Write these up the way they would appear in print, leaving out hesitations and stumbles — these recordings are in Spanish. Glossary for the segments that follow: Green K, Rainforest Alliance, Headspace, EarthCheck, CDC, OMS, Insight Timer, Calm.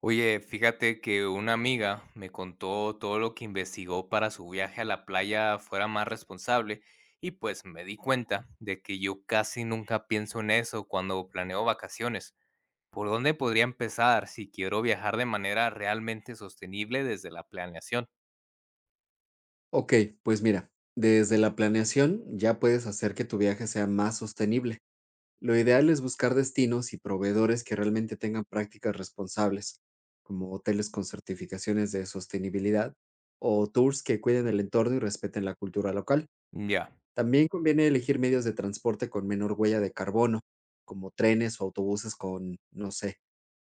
Oye, fíjate que una amiga me contó todo lo que investigó para su viaje a la playa fuera más responsable y pues me di cuenta de que yo casi nunca pienso en eso cuando planeo vacaciones. ¿Por dónde podría empezar si quiero viajar de manera realmente sostenible desde la planeación? Ok, pues mira, desde la planeación ya puedes hacer que tu viaje sea más sostenible. Lo ideal es buscar destinos y proveedores que realmente tengan prácticas responsables, como hoteles con certificaciones de sostenibilidad o tours que cuiden el entorno y respeten la cultura local. Ya, También conviene elegir medios de transporte con menor huella de carbono, como trenes o autobuses con, no sé,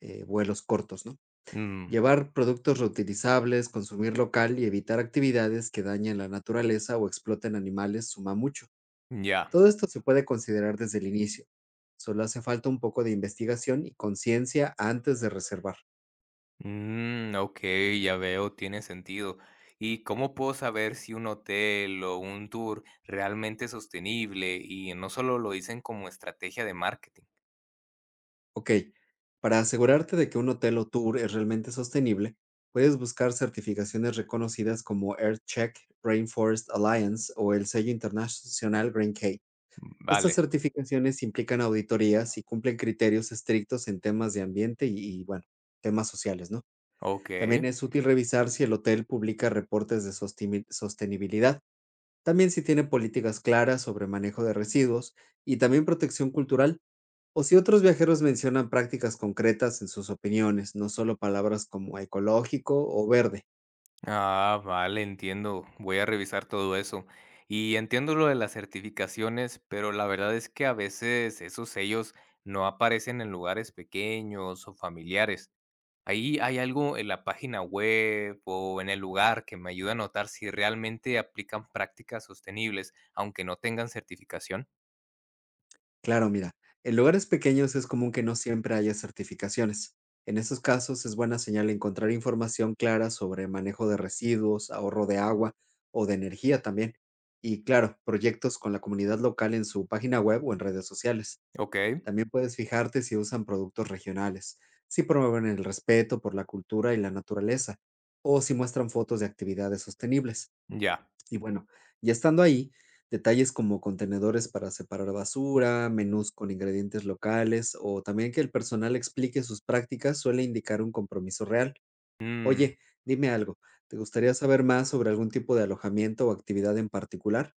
vuelos cortos, ¿no? mm, Llevar productos reutilizables, consumir local y evitar actividades que dañen la naturaleza o exploten animales suma mucho. ya. Todo esto se puede considerar desde el inicio. Solo hace falta un poco de investigación y conciencia antes de reservar. Mm, ok, ya veo, tiene sentido. ¿Y cómo puedo saber si un hotel o un tour realmente es sostenible y no solo lo dicen como estrategia de marketing? Ok, para asegurarte de que un hotel o tour es realmente sostenible, puedes buscar certificaciones reconocidas como EarthCheck, Rainforest Alliance o el sello internacional Green K. Estas Vale. certificaciones implican auditorías y cumplen criterios estrictos en temas de ambiente y, bueno, temas sociales, ¿no? Ok, También es útil revisar si el hotel publica reportes de sostenibilidad, también si tiene políticas claras sobre manejo de residuos y también protección cultural, o si otros viajeros mencionan prácticas concretas en sus opiniones, no solo palabras como ecológico o verde. ah, vale, entiendo. Voy a revisar todo eso. Y entiendo lo de las certificaciones, pero la verdad es que a veces esos sellos no aparecen en lugares pequeños o familiares. ¿Ahí hay algo en la página web o en el lugar que me ayuda a notar si realmente aplican prácticas sostenibles, aunque no tengan certificación? Claro, mira, en lugares pequeños es común que no siempre haya certificaciones. En estos casos es buena señal encontrar información clara sobre manejo de residuos, ahorro de agua o de energía también. Y claro, proyectos con la comunidad local en su página web o en redes sociales. Ok, También puedes fijarte si usan productos regionales, si promueven el respeto por la cultura y la naturaleza, o si muestran fotos de actividades sostenibles. ya. Y bueno, ya estando ahí, detalles como contenedores para separar basura, menús con ingredientes locales o también que el personal explique sus prácticas suele indicar un compromiso real. Mm, Oye, dime algo, ¿te gustaría saber más sobre algún tipo de alojamiento o actividad en particular?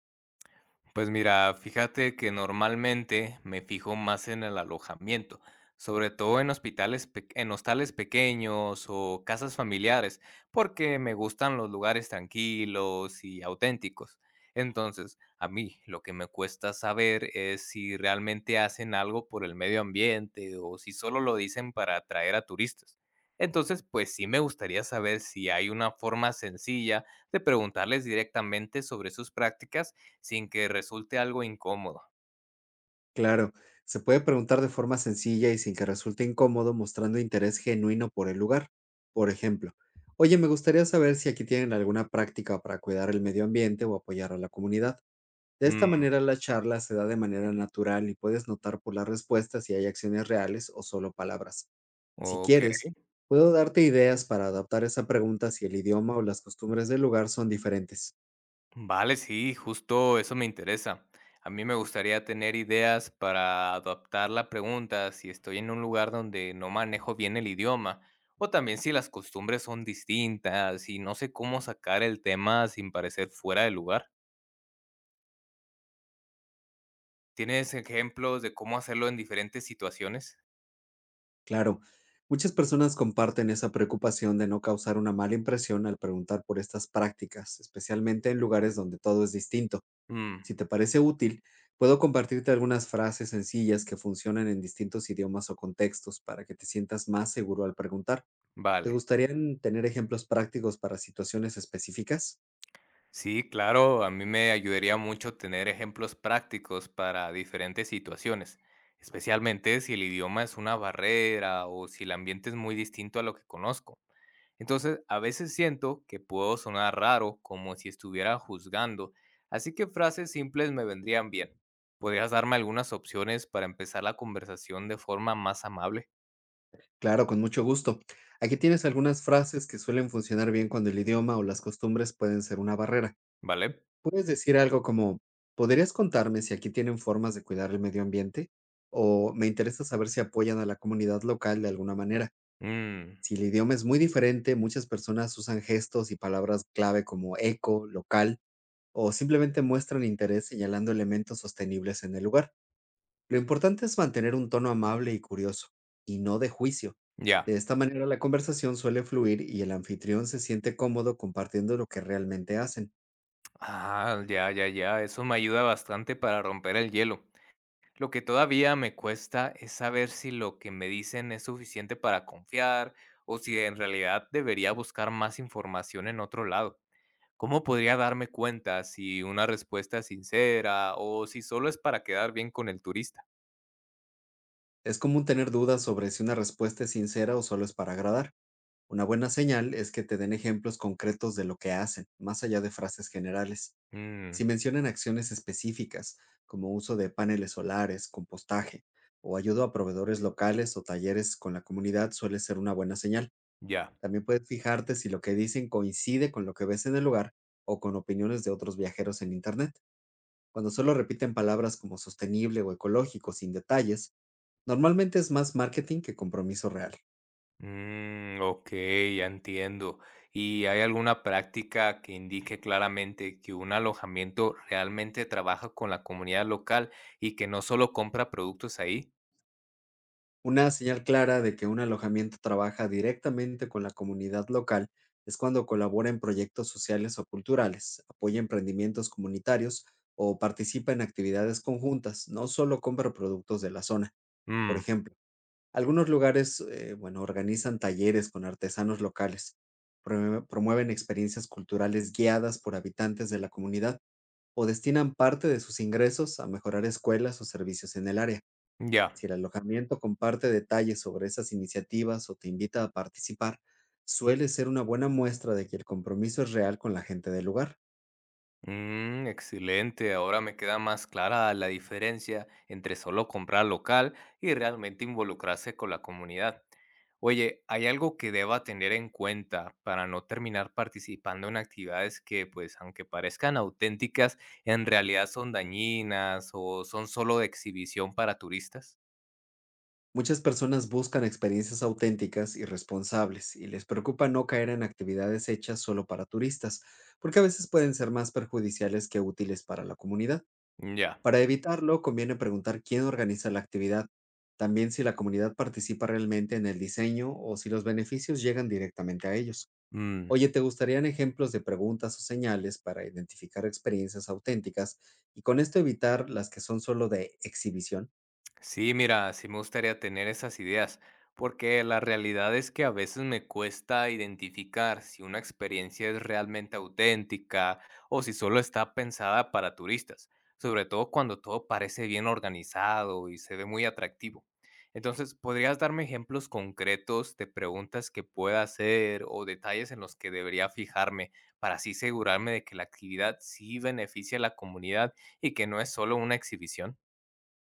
Pues mira, fíjate que normalmente me fijo más en el alojamiento, sobre todo en en hostales pequeños o casas familiares, porque me gustan los lugares tranquilos y auténticos. Entonces, a mí lo que me cuesta saber es si realmente hacen algo por el medio ambiente o si solo lo dicen para atraer a turistas. Entonces, pues sí me gustaría saber si hay una forma sencilla de preguntarles directamente sobre sus prácticas sin que resulte algo incómodo. Claro, se puede preguntar de forma sencilla y sin que resulte incómodo, mostrando interés genuino por el lugar. Por ejemplo, oye, me gustaría saber si aquí tienen alguna práctica para cuidar el medio ambiente o apoyar a la comunidad. De esta Mm, manera, la charla se da de manera natural y puedes notar por las respuestas si hay acciones reales o solo palabras. Si quieres, okey. puedo darte ideas para adaptar esa pregunta si el idioma o las costumbres del lugar son diferentes. Vale, sí, justo eso me interesa. A mí me gustaría tener ideas para adaptar la pregunta si estoy en un lugar donde no manejo bien el idioma, o también si las costumbres son distintas y no sé cómo sacar el tema sin parecer fuera de lugar. ¿Tienes ejemplos de cómo hacerlo en diferentes situaciones? Claro, muchas personas comparten esa preocupación de no causar una mala impresión al preguntar por estas prácticas, especialmente en lugares donde todo es distinto. Mm, Si te parece útil, puedo compartirte algunas frases sencillas que funcionan en distintos idiomas o contextos para que te sientas más seguro al preguntar. ¿Te vale. gustarían tener ejemplos prácticos para situaciones específicas? Sí, claro, a mí me ayudaría mucho tener ejemplos prácticos para diferentes situaciones, especialmente si el idioma es una barrera o si el ambiente es muy distinto a lo que conozco. Entonces, a veces siento que puedo sonar raro, como si estuviera juzgando, así que frases simples me vendrían bien. ¿Podrías darme algunas opciones para empezar la conversación de forma más amable? Claro, con mucho gusto. Aquí tienes algunas frases que suelen funcionar bien cuando el idioma o las costumbres pueden ser una barrera. ¿Vale? Puedes decir algo como, ¿podrías contarme si aquí tienen formas de cuidar el medio ambiente? O me interesa saber si apoyan a la comunidad local de alguna manera. Mm, Si el idioma es muy diferente, muchas personas usan gestos y palabras clave como eco, local, o simplemente muestran interés señalando elementos sostenibles en el lugar. Lo importante es mantener un tono amable y curioso, y no de juicio. ya. De esta manera la conversación suele fluir y el anfitrión se siente cómodo compartiendo lo que realmente hacen. Ah, ya, ya, ya. Eso me ayuda bastante para romper el hielo. Lo que todavía me cuesta es saber si lo que me dicen es suficiente para confiar o si en realidad debería buscar más información en otro lado. ¿Cómo podría darme cuenta si una respuesta es sincera o si solo es para quedar bien con el turista? Es común tener dudas sobre si una respuesta es sincera o solo es para agradar. Una buena señal es que te den ejemplos concretos de lo que hacen, más allá de frases generales. Mm, Si mencionan acciones específicas, como uso de paneles solares, compostaje, o ayuda a proveedores locales o talleres con la comunidad, suele ser una buena señal. ya. También puedes fijarte si lo que dicen coincide con lo que ves en el lugar o con opiniones de otros viajeros en Internet. Cuando solo repiten palabras como sostenible o ecológico sin detalles, normalmente es más marketing que compromiso real. Mm, ok, ya entiendo. ¿Y hay alguna práctica que indique claramente que un alojamiento realmente trabaja con la comunidad local y que no solo compra productos ahí? Una señal clara de que un alojamiento trabaja directamente con la comunidad local es cuando colabora en proyectos sociales o culturales, apoya emprendimientos comunitarios o participa en actividades conjuntas, no solo compra productos de la zona. Por Mm, ejemplo, algunos lugares, bueno, organizan talleres con artesanos locales, promueven experiencias culturales guiadas por habitantes de la comunidad o destinan parte de sus ingresos a mejorar escuelas o servicios en el área. ya. Si el alojamiento comparte detalles sobre esas iniciativas o te invita a participar, suele ser una buena muestra de que el compromiso es real con la gente del lugar. Excelente, ahora me queda más clara la diferencia entre solo comprar local y realmente involucrarse con la comunidad. Oye, ¿hay algo que deba tener en cuenta para no terminar participando en actividades que, pues, aunque parezcan auténticas, en realidad son dañinas o son solo de exhibición para turistas? Muchas personas buscan experiencias auténticas y responsables y les preocupa no caer en actividades hechas solo para turistas, porque a veces pueden ser más perjudiciales que útiles para la comunidad. Ya. Para evitarlo, conviene preguntar quién organiza la actividad, también si la comunidad participa realmente en el diseño o si los beneficios llegan directamente a ellos. Mm. Oye, ¿te gustarían ejemplos de preguntas o señales para identificar experiencias auténticas y con esto evitar las que son solo de exhibición? Sí, mira, sí me gustaría tener esas ideas, porque la realidad es que a veces me cuesta identificar si una experiencia es realmente auténtica o si solo está pensada para turistas, sobre todo cuando todo parece bien organizado y se ve muy atractivo. Entonces, ¿podrías darme ejemplos concretos de preguntas que pueda hacer o detalles en los que debería fijarme para así asegurarme de que la actividad sí beneficia a la comunidad y que no es solo una exhibición?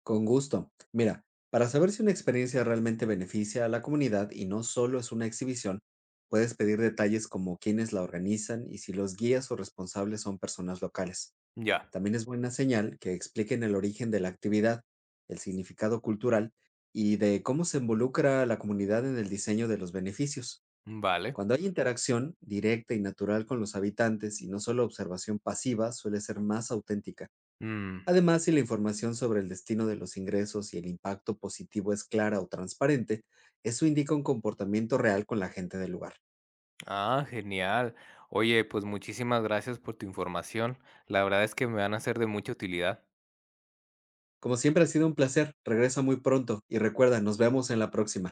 Con gusto. Mira, para saber si una experiencia realmente beneficia a la comunidad y no solo es una exhibición, puedes pedir detalles como quiénes la organizan y si los guías o responsables son personas locales. Ya, También es buena señal que expliquen el origen de la actividad, el significado cultural y de cómo se involucra a la comunidad en el diseño de los beneficios. vale. Cuando hay interacción directa y natural con los habitantes y no solo observación pasiva, suele ser más auténtica. Mm, Además, si la información sobre el destino de los ingresos y el impacto positivo es clara o transparente, eso indica un comportamiento real con la gente del lugar. ah, genial. Oye, pues muchísimas gracias por tu información. La verdad es que me van a ser de mucha utilidad. Como siempre ha sido un placer, regresa muy pronto y recuerda, nos vemos en la próxima.